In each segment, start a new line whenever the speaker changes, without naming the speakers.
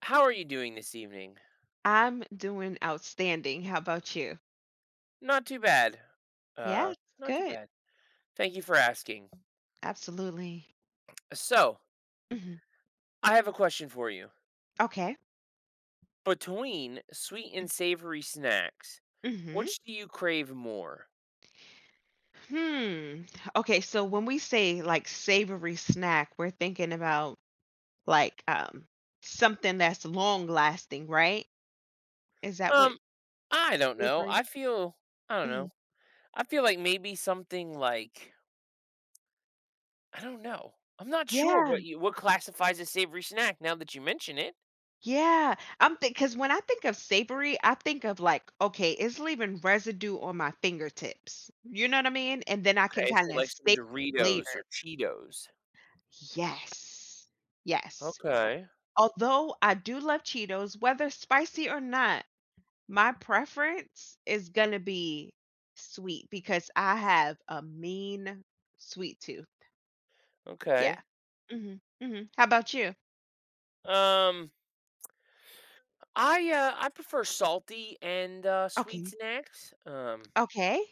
How are you doing this evening?
I'm doing outstanding. How about you?
Not too bad.
Yes,
Not too
good.
bad. Thank you for asking.
Absolutely.
So,
Hmm.
I have a question for you.
Okay.
Between sweet and savory snacks,
Hmm.
which do you crave more?
Hmm. Okay, so when we say like savory snack, we're thinking about like something that's long lasting, right? Is that what
Um, I don't know.
savory?
I don't
Mhm.
know. I feel like maybe something like I don't know. I'm not sure
Yeah,
what classifies as savory snack now that you mention it.
yeah. I'm think because when I think of savory, I think of like, okay, it's leaving residue on my fingertips. You know what I mean? And then I can
Okay,
kind
so
of
like some
stay
Doritos
later.
or Cheetos.
Yes. Yes.
Okay.
Although I do love Cheetos, whether spicy or not, my preference is gonna be sweet because I have a mean sweet tooth. Yeah.
Okay.
Mhm, mhm. How about you?
Um I prefer salty and sweet
Okay.
snacks.
Okay.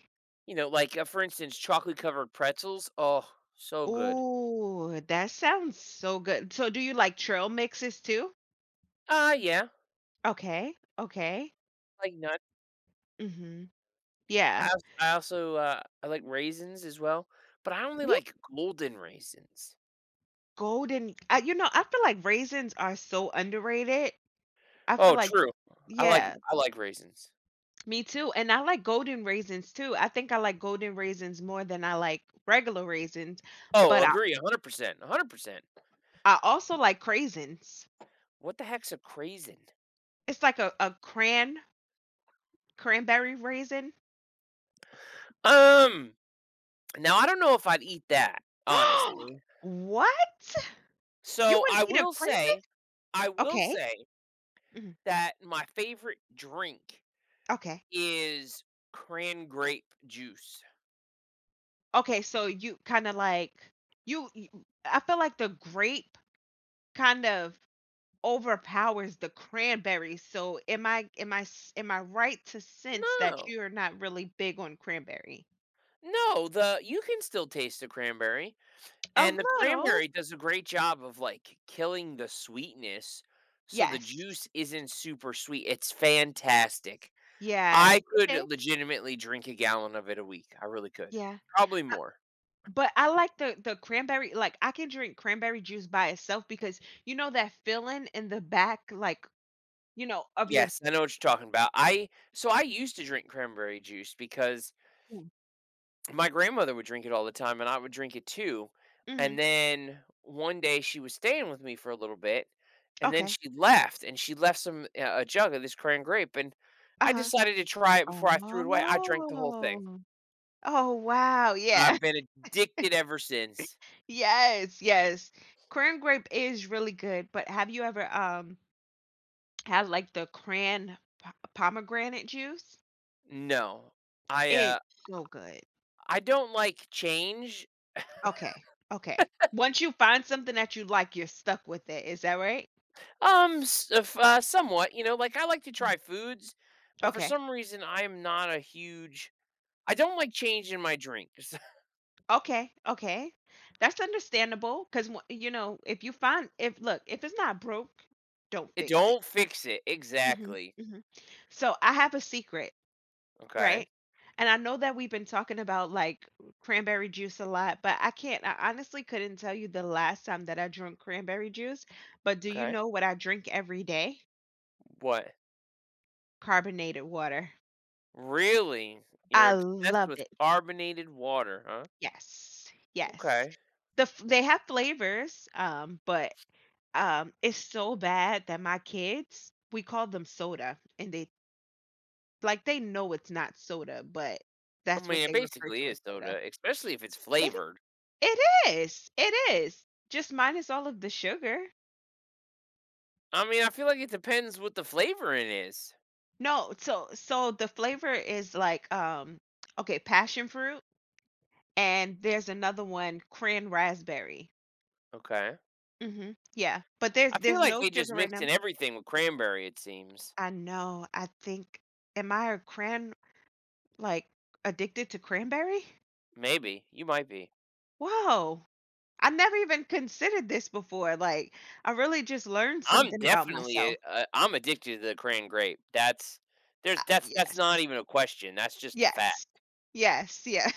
Like for instance, chocolate covered pretzels. Oh, so good.
Ooh, that sounds so good. So do you like trail mixes too?
Yeah,
Okay. Okay.
like nut.
Mhm. Yeah.
I also, I like raisins as well, but I only
Yeah,
like golden raisins.
golden, you know, I feel like raisins are so underrated. I feel
Oh,
like
true. I like
yeah,
I like raisins.
me too, and I like golden raisins too. I think I like golden raisins more than I like regular raisins,
Oh,
but I
agree, 100%, 100%.
I also like craisins.
What the heck's a craisin?
It's like a cran cranberry raisin.
Um, Now I don't know if I'd eat that honestly.
What? You
So
wouldn't eat a craisin?
I will
Okay.
say
Mhm.
that my favorite drink
Okay.
is cran grape juice.
Okay, so you kinda like you I feel like the grape kind of overpowers the cranberries. So am I s- am I right to sense that
No.
you're not really big on cranberry?
No, the you can still taste the cranberry,
A
and the
little.
cranberry does a great job of, like, killing the sweetness, so the
Yes.
juice isn't super sweet, it's fantastic.
Yes,
I
it
could
is.
legitimately drink a gallon of it a week, I really could.
Yeah.
Probably
I-
more.
But I like the cranberry like I can drink cranberry juice by itself because you know that feeling in the back like, you know, of your
Yes, I know what you're talking about. I So I used to drink cranberry juice because my grandmother would drink it all the time and I would drink it too.
mm-hmm.
And then one day she was staying with me for a little bit and then
Okay.
she left and she left some, a jug of this cran grape and I
Uh-huh.
decided to try it before I threw it away. I drank the whole thing.
Oh. Oh wow. Yeah.
I've been addicted ever since.
Yes, yes. Cran grape is really good, but have you ever, had, like, the cran po pomegranate juice?
No. I uh
It's so good.
I don't like change.
Okay, okay. Once you find something that you like, you're stuck with it, is that right?
Somewhat, you know, like I like to
Mm.
try foods, but for
Okay,
some reason I am not a huge I don't like change in my drinks.
okay, okay. That's understandable because you know, if you find if look, if it's not broke, don't
It
fix it.
don't fix it.
Mhm,
Exactly.
mhm. So, I have a secret.
Okay.
Right, and I know that we've been talking about, like, cranberry juice a lot, but I can't I honestly couldn't tell you the last time that I drank cranberry juice, but do you
Okay.
know what I drink every day?
What?
Carbonated water.
Really? You're
I
obsessed
love
with
it.
carbonated water, huh?
Yes, yes.
Okay.
The f they have flavors, but, it's so bad that my kids, we call them soda, and they like, they know it's not soda, but
I
that's what
mean, it
they refer
basically
to as
is
soda.
soda, especially if it's
It
flavored.
It is, it is. Just minus all of the sugar.
I mean, I feel like it depends what the flavor in is.
No, so the flavor is like, okay, passion fruit, and there's another one, cran raspberry.
Okay.
Mhm. Yeah, but there's
I
there's
feel like
no
they just
sugar in
mix
them.
in everything with cranberry, it seems.
I know. I think am I a cran like addicted to cranberry?
Maybe. You might be.
Whoa. I never even considered this before. Like, I really just learned
I'm
something about
definitely
myself.
a, I'm addicted to the cran grape. That's
Uh,
there's that's not
yes.
even a question. That's just a fact.
Yes. Yes. Yeah.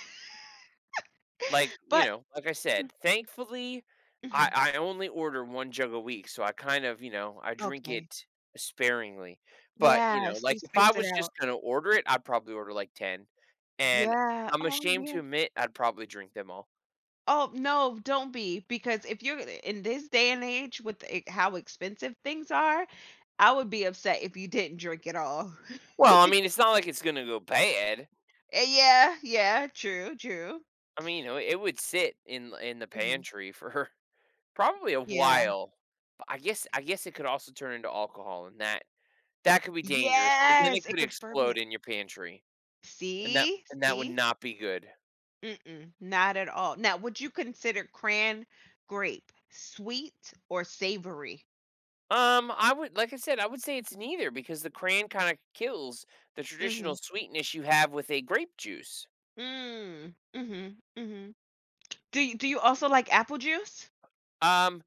Like,
But
like I said, thankfully,
mhm.
I only order 1 jug a week, so I kind of, I drink
Okay.
it sparingly. But,
Yeah, so
like,
you
if I
spaced it
was
out.
just gonna order it, I'd probably order, like, 10, and
Yeah.
I'm
Oh,
ashamed
yeah.
to admit I'd probably drink them all.
Oh, no, don't be, because if you're in this day and age with e how expensive things are, I would be upset if you didn't drink at all.
Well, I mean, it's not like it's gonna go bad.
Eh, yeah, yeah, true, true.
I mean, it would sit in the
Mhm.
pantry for probably a
Yeah.
while. But I guess it could also turn into alcohol, and that could be dangerous because then it
Yes, it
could
could
explode
ferment.
in your pantry. And that
See?
and that would
See?
not be good.
Mm-mm, not at all. Now, would you consider cran grape sweet or savory?
I would, I would say it's neither because the crayon kinda kills the traditional
Mhm.
sweetness you have with a grape juice.
Mm. Mhm, mhm. Do you also like apple juice?
Um,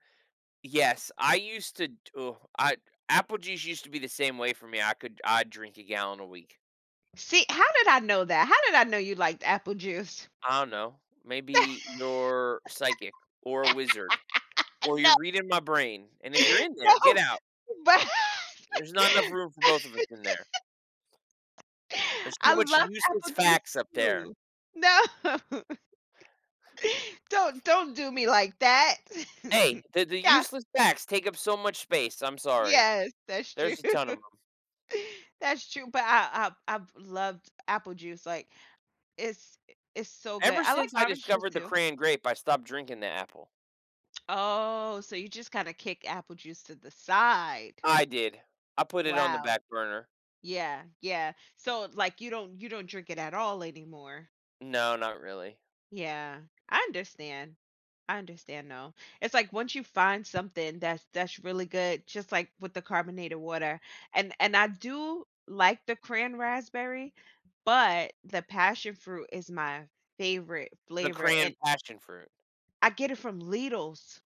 yes, I used to oh, I apple juice used to be the same way for me. I'd drink a gallon a week.
See, how did I know that? How did I know you liked apple juice?
I don't know. Maybe you're psychic or a wizard or you're
No,
reading my brain. And if you're in
no,
there, get out.
but
There's not enough room for both of us in there. There's
I
too much
love
useless
apple juice
facts up there.
too. No, don't do me like that.
Hey, the
Yeah,
useless facts take up so much space, I'm sorry.
yes, that's true.
There's a ton of them.
That's true, but I've loved apple juice, like, it's it's so good.
Ever
I like
since I
orange juice
discovered the
too.
crayon grape, I stopped drinking the apple.
Oh, so you just kinda kick apple juice to the side.
I did. I put it on the
Wow.
back burner.
Yeah, yeah. So like you don't drink it at all anymore.
No, not really.
Yeah. I understand. I understand though. It's like once you find something that's really good, just like with the carbonated water. And I do like the cran raspberry, but the passion fruit is my favorite
The
flavor and
crayon passion fruit.
I get it from Lidl's.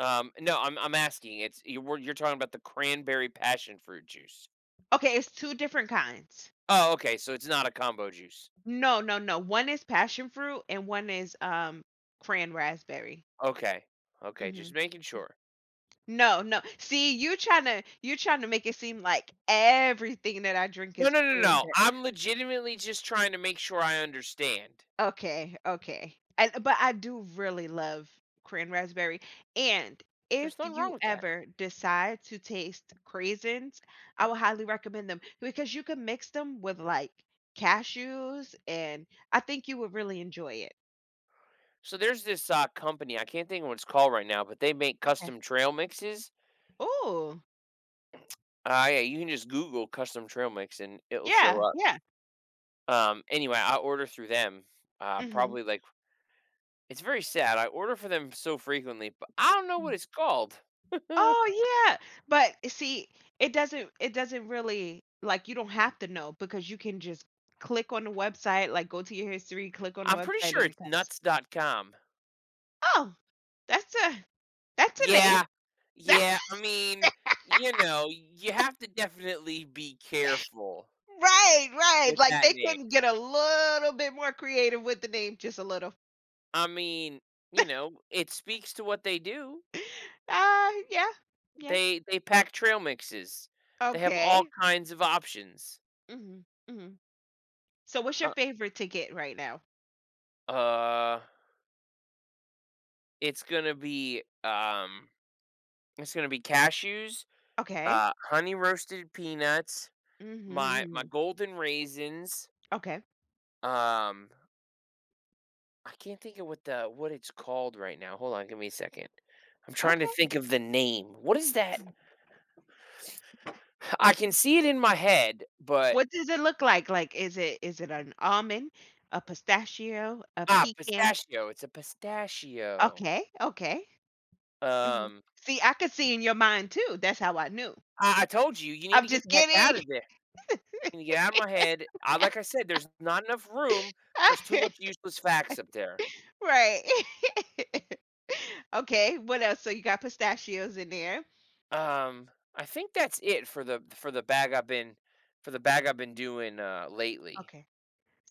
No, I'm asking, it's you were you're talking about the cranberry passion fruit juice.
Okay, it's two different kinds.
Oh, okay, so it's not a combo juice.
No, no, no. One is passion fruit and one is cran raspberry.
Okay. Okay, just
Mhm.
making sure.
No, no. See, you trying to make it seem like everything that I drink
No,
is
no, no, no,
cranberry.
I'm legitimately just trying to make sure I understand.
Okay, okay. And but I do really love cran raspberry. And if
There's nothing wrong
you
with that.
ever decide to taste craisins, I would highly recommend them because you can mix them with like cashews, and I think you would really enjoy it.
So there's this, company. I can't think of what it's called right now, but they make
Okay.
custom trail mixes.
Oh,
Yeah, you can just Google custom trail mix and it'll
yeah,
show up.
yeah.
Anyway, I order through them.
Mhm.
Probably like It's very sad. I order for them so frequently, but I don't know what it's called.
Oh, yeah. But eh, see, it doesn't really like you don't have to know because you can just click on the website, like go to your history, click on the
I'm pretty
website
sure
and it
it's
comes.
Nuts.com.
Oh, that's a name.
Yeah, yeah. I mean, you have to definitely be careful
Right, right.
with
Like
that
they
name.
couldn't get a little bit more creative with the name, just a little.
I mean, it speaks to what they do.
Yeah. Yeah.
They pack trail mixes. They have all
Okay.
kinds of options.
Mhm. Mhm. So what's your
Uh,
favorite to get right now?
uh it's gonna be um, it's gonna be cashews,
Okay.
honey roasted peanuts, my
Mhm.
golden raisins.
Okay.
Um, I can't think of what it's called right now. Hold on, give me a second. I'm trying to
Okay.
think of the name. What is that? I can see it in my head, but
What does it look like? Like, is it an almond, a pistachio, a pecan?
pistachio. It's a pistachio.
Okay, okay. Mhm.
Um,
See, I could see in your mind too. That's how I knew.
I told you, you need
I'm
to get
just
the heck out
kidding.
of Can you get out of my head? I Like I said, there's not enough room. There's too much useless facts up there.
Right. Okay, what else? So you got pistachios in there.
Um, I think that's it for the bag I've been doing lately.
Okay.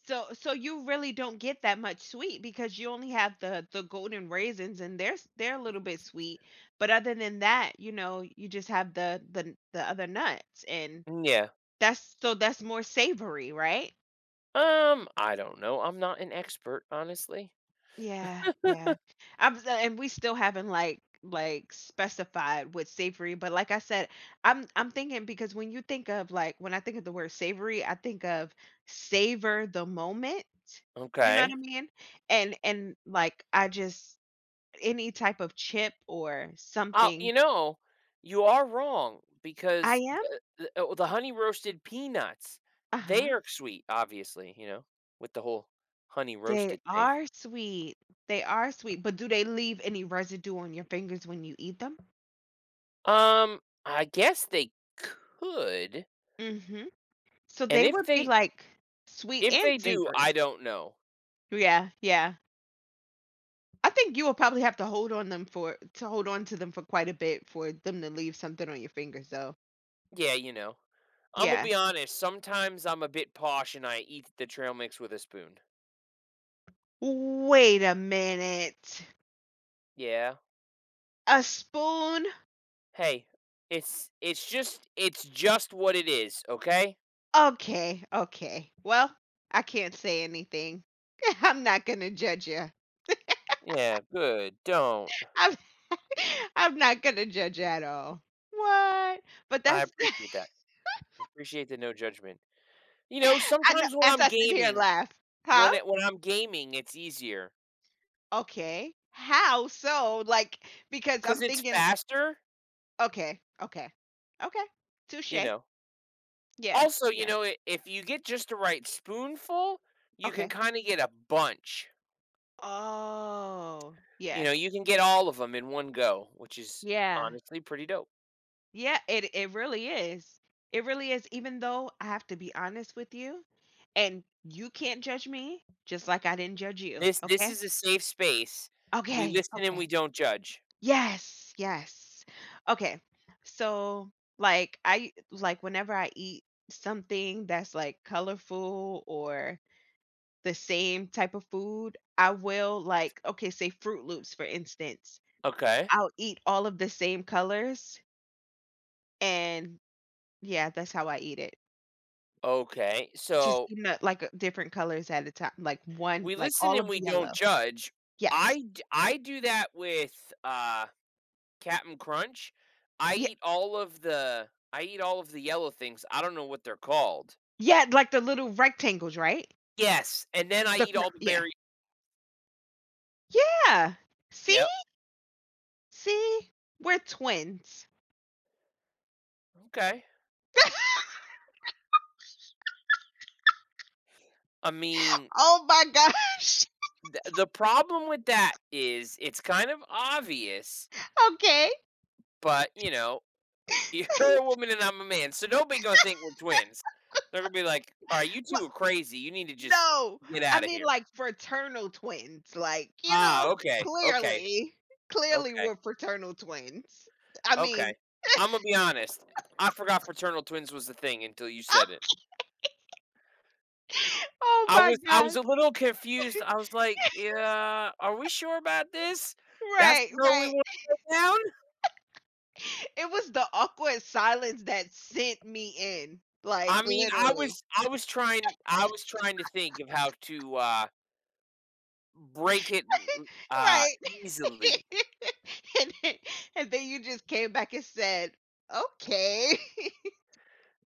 So so you really don't get that much sweet because you only have the golden raisins and they're s they're a little bit sweet, but other than that, you know, you just have the other nuts and
Mm, yeah.
that's so that's more savory, right?
I don't know. I'm not an expert, honestly.
Yeah, yeah. I'm s and we still haven't, like, specified what savory, but like I said, I'm thinking because when you think of, like when I think of the word savory, I think of savor the moment, you know what I
Okay.
mean? And, like, I just any type of chip or
Oh,
something
you are wrong
I
because
am?
oh, the honey roasted peanuts, they
Uh-huh.
are sweet, obviously, with the whole honey
They
roasted thing.
are sweet. They are sweet, but do they leave any residue on your fingers when you eat them?
I guess they could.
Mhm. So
And
they
if
would be,
they
like, sweet
if
and
they do,
savory.
I don't know.
Yeah, yeah. I think you will probably have to hold on them for to hold on to them for quite a bit for them to leave something on your fingers, though.
Yeah, you know. Imma
Yeah.
be honest, sometimes I'm a bit posh and I eat the trail mix with a spoon.
Wait a minute.
Yeah.
A spoon?
Hey, it's just what it is, okay?
Okay, okay. Well, I can't say anything. I'm not gonna judge you.
Yeah, good. Don't.
I'm I'm not gonna judge ya at all. What? But
I
that's
appreciate that. I appreciate the no judgment.
I know
Sometimes when
as
I'm
I sit here and
gaming,
laugh. Huh?
when I'm gaming, it's easier
Okay. How so? Like, because
because
I'm
it's
thinking,
faster,
okay, okay, okay,
you
touche.
know.
Yeah,
Also, you
yeah,
know, I if you get just the right spoonful, you can
okay.
kinda get a bunch.
Oh, yeah,
You can get all of them in one go, which is
yeah,
honestly pretty dope.
yeah. It really is. It really is. Even though I have to be honest with you, and you can't judge me, just like I didn't judge you.
This
Okay,
is a safe space. We
okay,
listen and we
okay.
don't judge.
Yes, yes. Okay. So like I like whenever I eat something that's like colorful or the same type of food, I will like okay, say Fruit Loops for instance.
Okay.
I'll eat all of the same colors and yeah, that's how I eat it.
Okay.
Just
So,
eating a, like different colors at a time, like one
we
like
listen
all
and
of the
we don't
yellow.
judge.
Yes.
I do that with, Cap'n Crunch. I
Yeah.
eat all of the I eat all of the yellow things. I don't know what they're called.
Yeah, like the little rectangles, right?
Yes, and then I
The
eat
cr-
all the
yeah.
berries.
Yeah. See?
Yep,
See? We're twins.
okay. I mean,
Oh my gosh.
the problem with that is it's kind of obvious.
Okay.
But, you're a woman and I'm a man, so nobody gonna think we're twins. They're gonna be like, "Alright, you
What
2 are crazy, you need to just
no.
get
I
out of
mean,
here."
like, fraternal twins, like, you know,
Okay, okay,
clearly, clearly
okay,
we're fraternal twins. I
okay."
mean
Imma be honest, I forgot fraternal twins was a thing until you said it.
oh
I
my
was I was
gosh.
a little confused, I was like, "Yeah, are we sure about this? That's
Right,
the road we
right.
wanna go down?"
It was the awkward silence that sent me in, like,
I mean, I
literally.
was I was trying I was trying to think of how to, break it, uh,
Right.
easily.
And then and then you just came back and said, "Okay."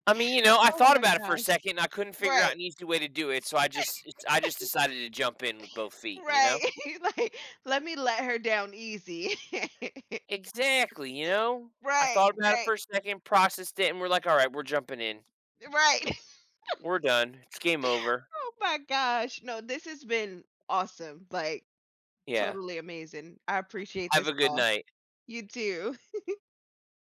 I mean, I
Oh
thought
my
about it for a
gosh.
second, and I couldn't figure out
Right.
an easy way to do it, so I just decided to jump in with both feet, you know?
Right. Like, "Let me let her down easy."
Exactly, you know? I
Right,
thought about it
right,
for a second, processed it, and we're like, "Alright, we're jumping in.
right.
We're done. It's game over."
Oh my gosh. No, this has been awesome, like,
Yeah.
totally amazing. I appreciate
Have
this
a good
call.
night.
You too.